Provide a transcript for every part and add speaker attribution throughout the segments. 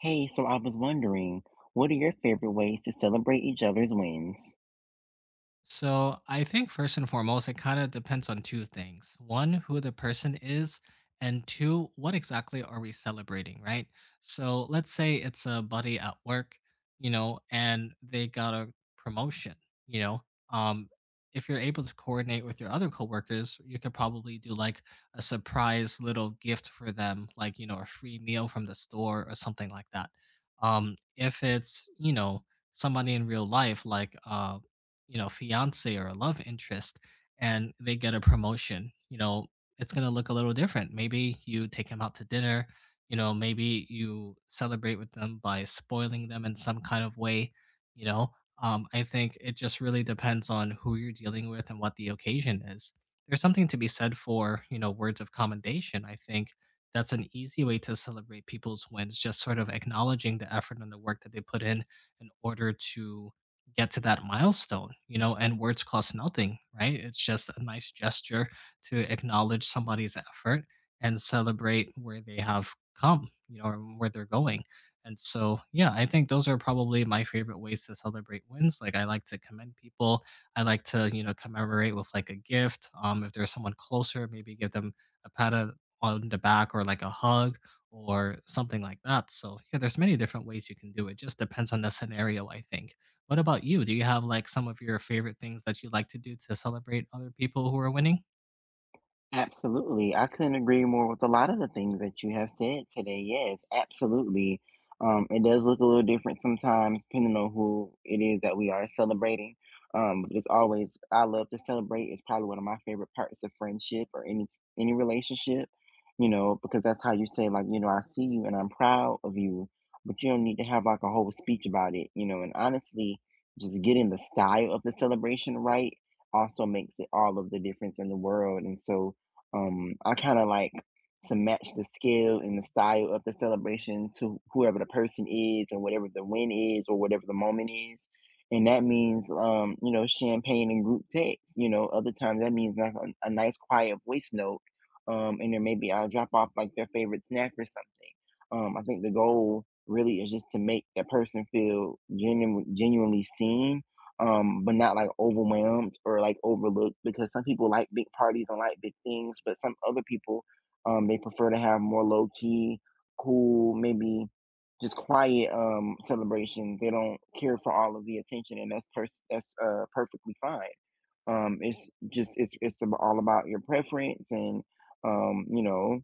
Speaker 1: Hey, so I was wondering, what are your favorite ways to celebrate each other's wins?
Speaker 2: So I think first and foremost, it kind of depends on two things. One, who the person is, and two, what exactly are we celebrating, right? So let's say it's a buddy at work, you know, and they got a promotion, you know. Um, if you're able to coordinate with your other coworkers, you could probably do like a surprise little gift for them, like, you know, a free meal from the store or something like that. If it's, you know, somebody in real life, like you know, fiance or a love interest and they get a promotion, you know, it's going to look a little different. Maybe you take them out to dinner, you know, maybe you celebrate with them by spoiling them in some kind of way, you know. I think it just really depends on who you're dealing with and what the occasion is. There's something to be said for, you know, words of commendation. I think that's an easy way to celebrate people's wins, just sort of acknowledging the effort and the work that they put in order to get to that milestone, you know, and words cost nothing, right? It's just a nice gesture to acknowledge somebody's effort and celebrate where they have come, you know, or where they're going. And so, yeah, I think those are probably my favorite ways to celebrate wins. Like I like to commend people. I like to, you know, commemorate with like a gift. If there's someone closer, maybe give them a pat on the back or like a hug or something like that. So yeah, there's many different ways you can do it. Just depends on the scenario, I think. What about you? Do you have, like, some of your favorite things that you like to do to celebrate other people who are winning?
Speaker 1: Absolutely. I couldn't agree more with a lot of the things that you have said today. Yes, absolutely. It does look a little different sometimes, depending on who it is that we are celebrating. But it's always, I love to celebrate. It's probably one of my favorite parts of friendship or any relationship, you know, because that's how you say, like, you know, I see you and I'm proud of you, but you don't need to have like a whole speech about it. And honestly, just getting the style of the celebration right also makes it all of the difference in the world. And so, I kind of like to match the scale and the style of the celebration to whoever the person is and whatever the win is or whatever the moment is. And that means, you know, champagne and group text. You know, other times that means like a nice quiet voice note. And then maybe I'll drop off like their favorite snack or something. I think the goal really is just to make that person feel genuine, genuinely seen but not like overwhelmed or like overlooked because some people like big parties and like big things, but some other people they prefer to have more low key, cool, maybe just quiet celebrations. They don't care for all of the attention, and that's perfectly fine. It's just all about your preference and you know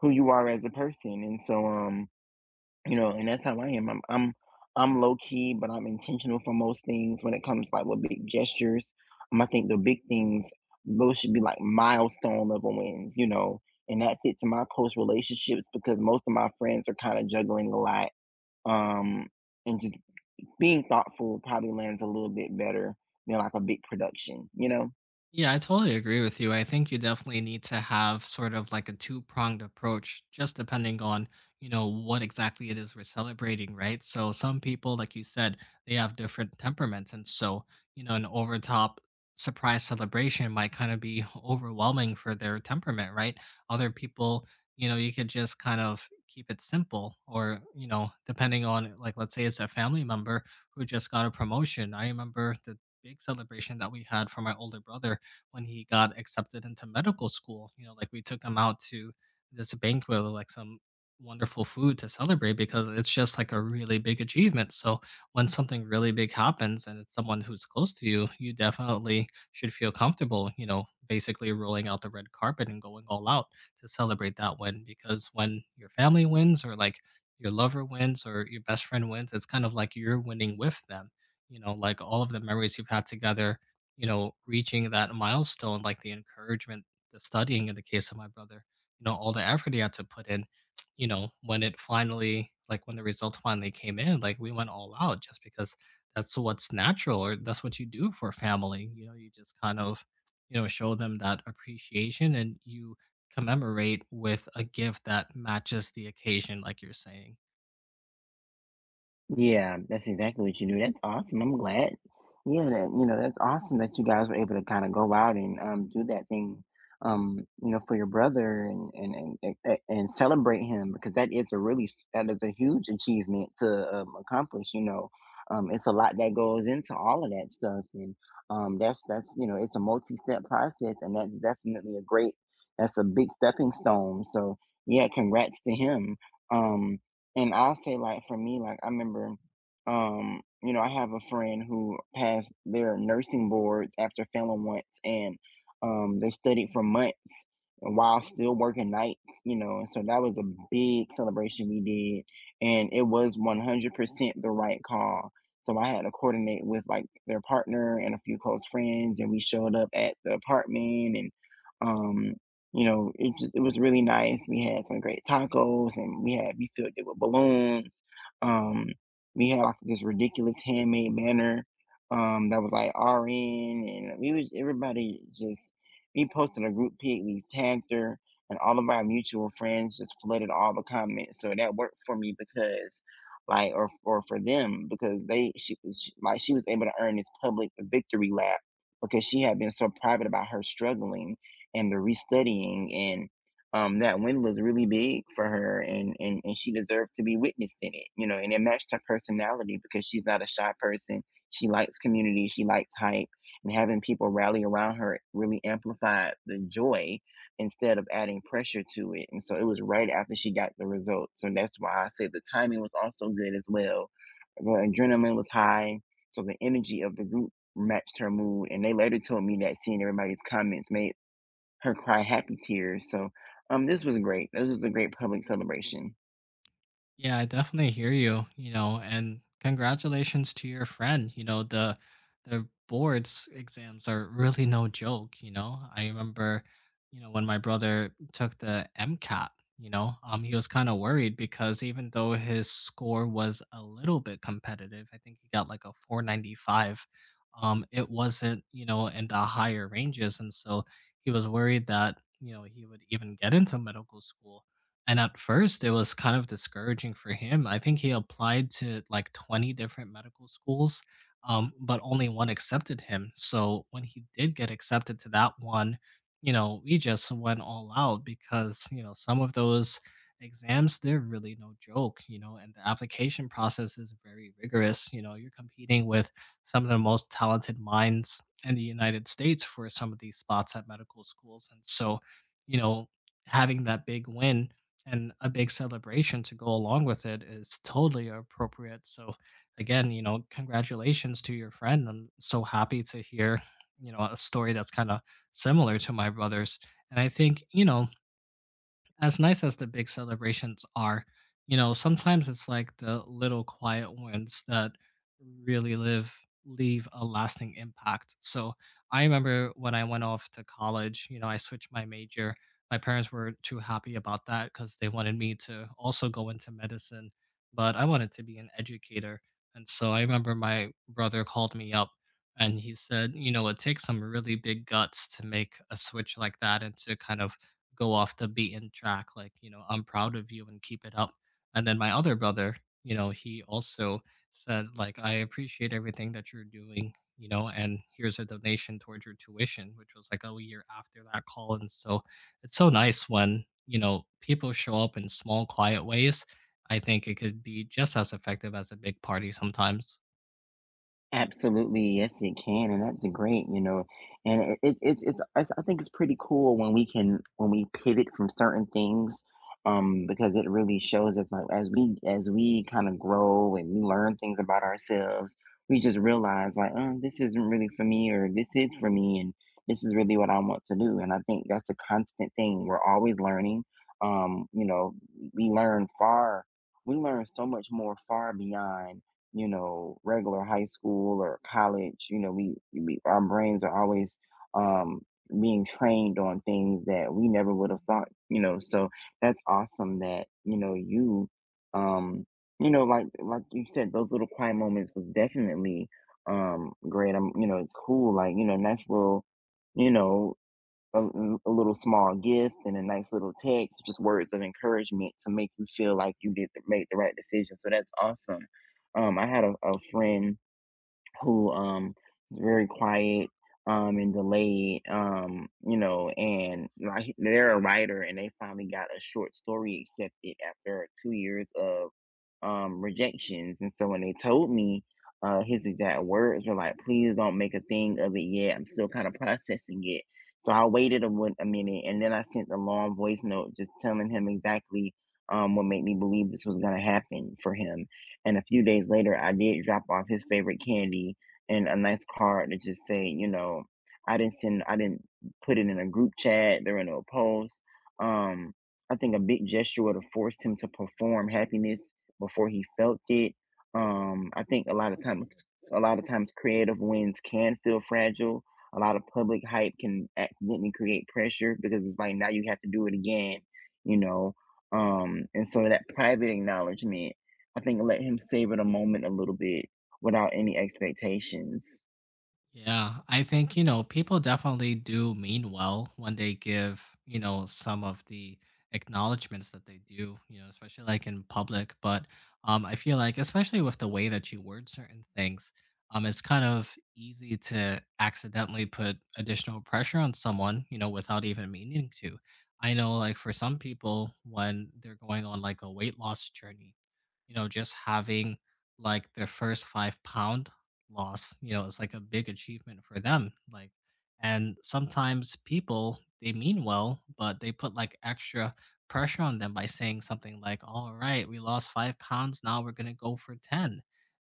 Speaker 1: who you are as a person, and so you know, and that's how I am. I'm low key, but I'm intentional for most things when it comes like with big gestures. I think the big things those should be like milestone level wins, you know, and that fits in my close relationships because most of my friends are kind of juggling a lot. Um, and just being thoughtful probably lands a little bit better than like a big production, you know.
Speaker 2: Yeah, I totally agree with you. I think you definitely need to have sort of like a two-pronged approach, just depending on, you know, what exactly it is we're celebrating, right? So some people, like you said, they have different temperaments. And so, you know, an over-top surprise celebration might kind of be overwhelming for their temperament, right? Other people, you know, you could just kind of keep it simple or, you know, depending on like let's say it's a family member who just got a promotion. I remember the big celebration that we had for my older brother when he got accepted into medical school. You know, like we took him out to this banquet with like some wonderful food to celebrate because it's just like a really big achievement. So when something really big happens and it's someone who's close to you, you definitely should feel comfortable, you know, basically rolling out the red carpet and going all out to celebrate that win because when your family wins or like your lover wins or your best friend wins, it's kind of like you're winning with them. You know, like all of the memories you've had together, you know, reaching that milestone, like the encouragement, the studying in the case of my brother, you know, all the effort he had to put in, you know, when it finally, like when the result finally came in, like we went all out just because that's what's natural or that's what you do for family. You know, you just kind of, you know, show them that appreciation and you commemorate with a gift that matches the occasion, like you're saying.
Speaker 1: Yeah, that's exactly what you do. That's awesome. I'm glad. Yeah, that you know, that's awesome that you guys were able to kind of go out and do that thing, you know, for your brother and celebrate him because that is a that is a huge achievement to accomplish. You know, it's a lot that goes into all of that stuff, and that's you know, it's a multi-step process, and that's definitely a great, that's a big stepping stone. So yeah, congrats to him. Um, and I'll say like for me, like I remember, you know, I have a friend who passed their nursing boards after failing once, and they studied for months while still working nights, you know, and so that was a big celebration we did, and it was 100% the right call. So I had to coordinate with like their partner and a few close friends, and we showed up at the apartment. And. Um, you know, it just it was really nice. We had some great tacos and we filled it with balloons. Um, we had like this ridiculous handmade banner that was like RN and we was everybody just we posted a group pic, we tagged her and all of our mutual friends just flooded all the comments. So that worked for me because like or for them because they she was she- like she was able to earn this public victory lap because she had been so private about her struggling and the restudying and that win was really big for her, and and she deserved to be witnessed in it, you know, and it matched her personality because she's not a shy person. She likes community, she likes hype, and having people rally around her really amplified the joy instead of adding pressure to it. And so it was right after she got the results, so that's why I say the timing was also good as well. The adrenaline was high, so the energy of the group matched her mood, and they later told me that seeing everybody's comments made her cry, happy tears. So, this was great. This was a great public celebration.
Speaker 2: Yeah, I definitely hear you, you know, and congratulations to your friend. You know, the boards exams are really no joke, you know. I remember, you know, when my brother took the MCAT, you know, he was kind of worried because even though his score was a little bit competitive, I think he got like a 495, it wasn't, you know, in the higher ranges and so he was worried that, you know, he would even get into medical school and at first, it was kind of discouraging for him. I think he applied to like 20 different medical schools, but only one accepted him. So when he did get accepted to that one, you know, we just went all out because, you know, some of those exams, they're really no joke, you know, and the application process is very rigorous. You know, you're competing with some of the most talented minds in the United States for some of these spots at medical schools. And so, you know, having that big win and a big celebration to go along with it is totally appropriate. So again, you know, congratulations to your friend. I'm so happy to hear, you know, a story that's kind of similar to my brother's. And I think, you know, as nice as the big celebrations are, you know, sometimes it's like the little quiet ones that really live leave a lasting impact. So I remember when I went off to college, you know, I switched my major. My parents were too happy about that because they wanted me to also go into medicine, but I wanted to be an educator. And so I remember my brother called me up and he said, you know, it takes some really big guts to make a switch like that and to kind of go off the beaten track like you know I'm proud of you and keep it up. And then my other brother, you know, he also said like I appreciate everything that you're doing, you know, and here's a donation towards your tuition, which was like a year after that call. And so it's so nice when you know people show up in small quiet ways. I think it could be just as effective as a big party sometimes.
Speaker 1: Absolutely, yes, it can, and that's great, you know. And I think it's pretty cool when we can when we pivot from certain things, because it really shows us like as we kind of grow and we learn things about ourselves, we just realize like, oh, this isn't really for me, or this is for me, and this is really what I want to do. And I think that's a constant thing. We're always learning. You know, we learn far. We learn so much more far beyond you know, regular high school or college, you know, we our brains are always um, being trained on things that we never would have thought, you know. So that's awesome that you know you, um, you know, like you said, those little quiet moments was definitely great. I'm, you know, it's cool. Like you know, nice little, you know, a little small gift and a nice little text, just words of encouragement to make you feel like you did make the right decision. So that's awesome. I had a friend who was very quiet and delayed you know and like they're a writer and they finally got a short story accepted after 2 years of rejections. And so when they told me, his exact words were like, please don't make a thing of it yet. I'm still kind of processing it. So I waited a minute and then I sent a long voice note just telling him exactly what made me believe this was going to happen for him. And a few days later, I did drop off his favorite candy and a nice card to just say, you know, I didn't put it in a group chat. There were no posts. Um, I think a big gesture would have forced him to perform happiness before he felt it. I think a lot of times, creative wins can feel fragile. A lot of public hype can accidentally create pressure because it's like now you have to do it again, you know. And so that private acknowledgement, I think, let him savor the moment a little bit without any expectations.
Speaker 2: Yeah, I think, you know, people definitely do mean well when they give, you know, some of the acknowledgments that they do, you know, especially like in public. But I feel like, especially with the way that you word certain things, it's kind of easy to accidentally put additional pressure on someone, you know, without even meaning to. I know, like, for some people, when they're going on like a weight loss journey, you know, just having like their first 5-pound loss. You know, it's like a big achievement for them. Like, and sometimes people they mean well, but they put like extra pressure on them by saying something like, "All right, we lost 5 pounds. Now we're gonna go for 10."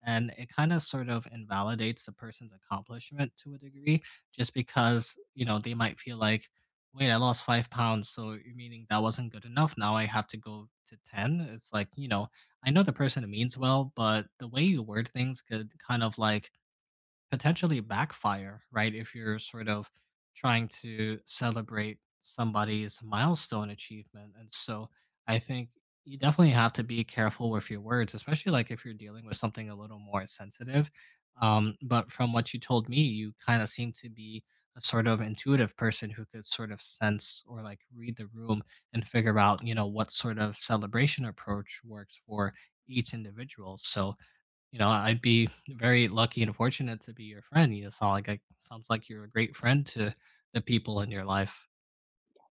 Speaker 2: And it kind of sort of invalidates the person's accomplishment to a degree, just because you know they might feel like, "Wait, I lost 5 pounds, so you're meaning that wasn't good enough. Now I have to go to 10." It's like you know. I know the person means well, but the way you word things could kind of like potentially backfire, right? If you're sort of trying to celebrate somebody's milestone achievement. And so I think you definitely have to be careful with your words, especially like if you're dealing with something a little more sensitive. But from what you told me, you kind of seem to be a sort of intuitive person who could sort of sense or like read the room and figure out, you know, what sort of celebration approach works for each individual. So, you know, I'd be very lucky and fortunate to be your friend. You sound like a, sounds like you're a great friend to the people in your life.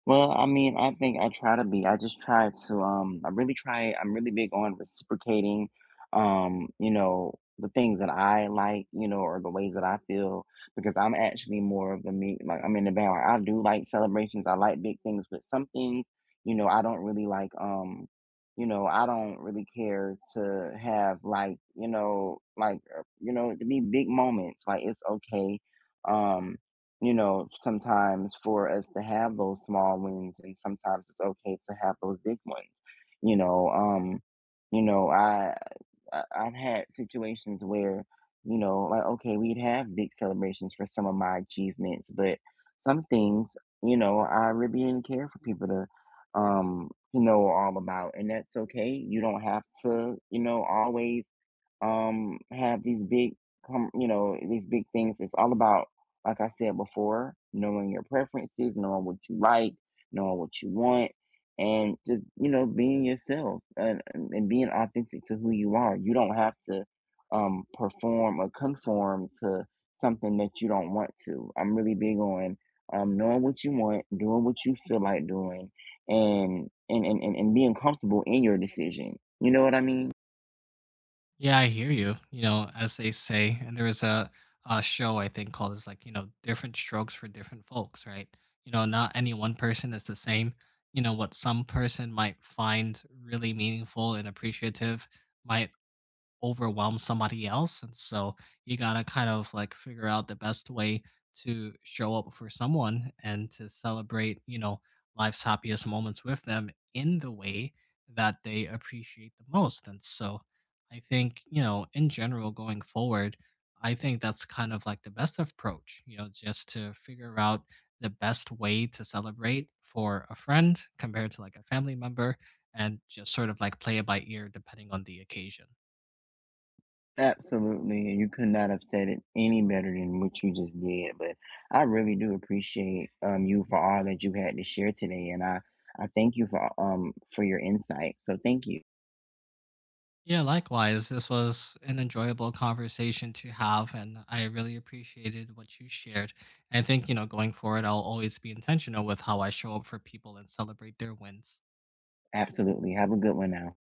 Speaker 1: Well, I mean, I think I try to be. I just try to, I'm really big on reciprocating, you know, the things that I like, you know, or the ways that I feel, because I'm actually more of the me, like I'm in the band. Like I do like celebrations. I like big things, but some things, you know, I don't really like, you know, I don't really care to have like, you know, to be big moments. Like it's okay. Um, you know, sometimes for us to have those small wins and sometimes it's okay to have those big ones. You know, um, you know, I've had situations where, you know, like, okay, we'd have big celebrations for some of my achievements, but some things, you know, I really didn't care for people to know all about. And that's okay. You don't have to, you know, always, have these big, you know, these big things. It's all about, like I said before, knowing your preferences, knowing what you like, knowing what you want, and just you know being yourself, and and being authentic to who you are. You don't have to perform or conform to something that you don't want to. I'm really big on knowing what you want, doing what you feel like doing, and and being comfortable in your decision, you know what I mean.
Speaker 2: Yeah, I hear you. You know, as they say, and there was a show I think called is like you know different strokes for different folks, right? You know, not any one person is the same. You know, what some person might find really meaningful and appreciative might overwhelm somebody else. And so you gotta kind of like figure out the best way to show up for someone and to celebrate, you know, life's happiest moments with them in the way that they appreciate the most. And so I think, you know, in general going forward, I think that's kind of like the best approach, you know, just to figure out the best way to celebrate for a friend compared to like a family member and just sort of like play it by ear depending on the occasion.
Speaker 1: Absolutely, and you could not have said it any better than what you just did. But I really do appreciate you for all that you had to share today, and I thank you for your insight. So thank you.
Speaker 2: Yeah, likewise. This was an enjoyable conversation to have, and I really appreciated what you shared. I think, you know, going forward, I'll always be intentional with how I show up for people and celebrate their wins.
Speaker 1: Absolutely. Have a good one now.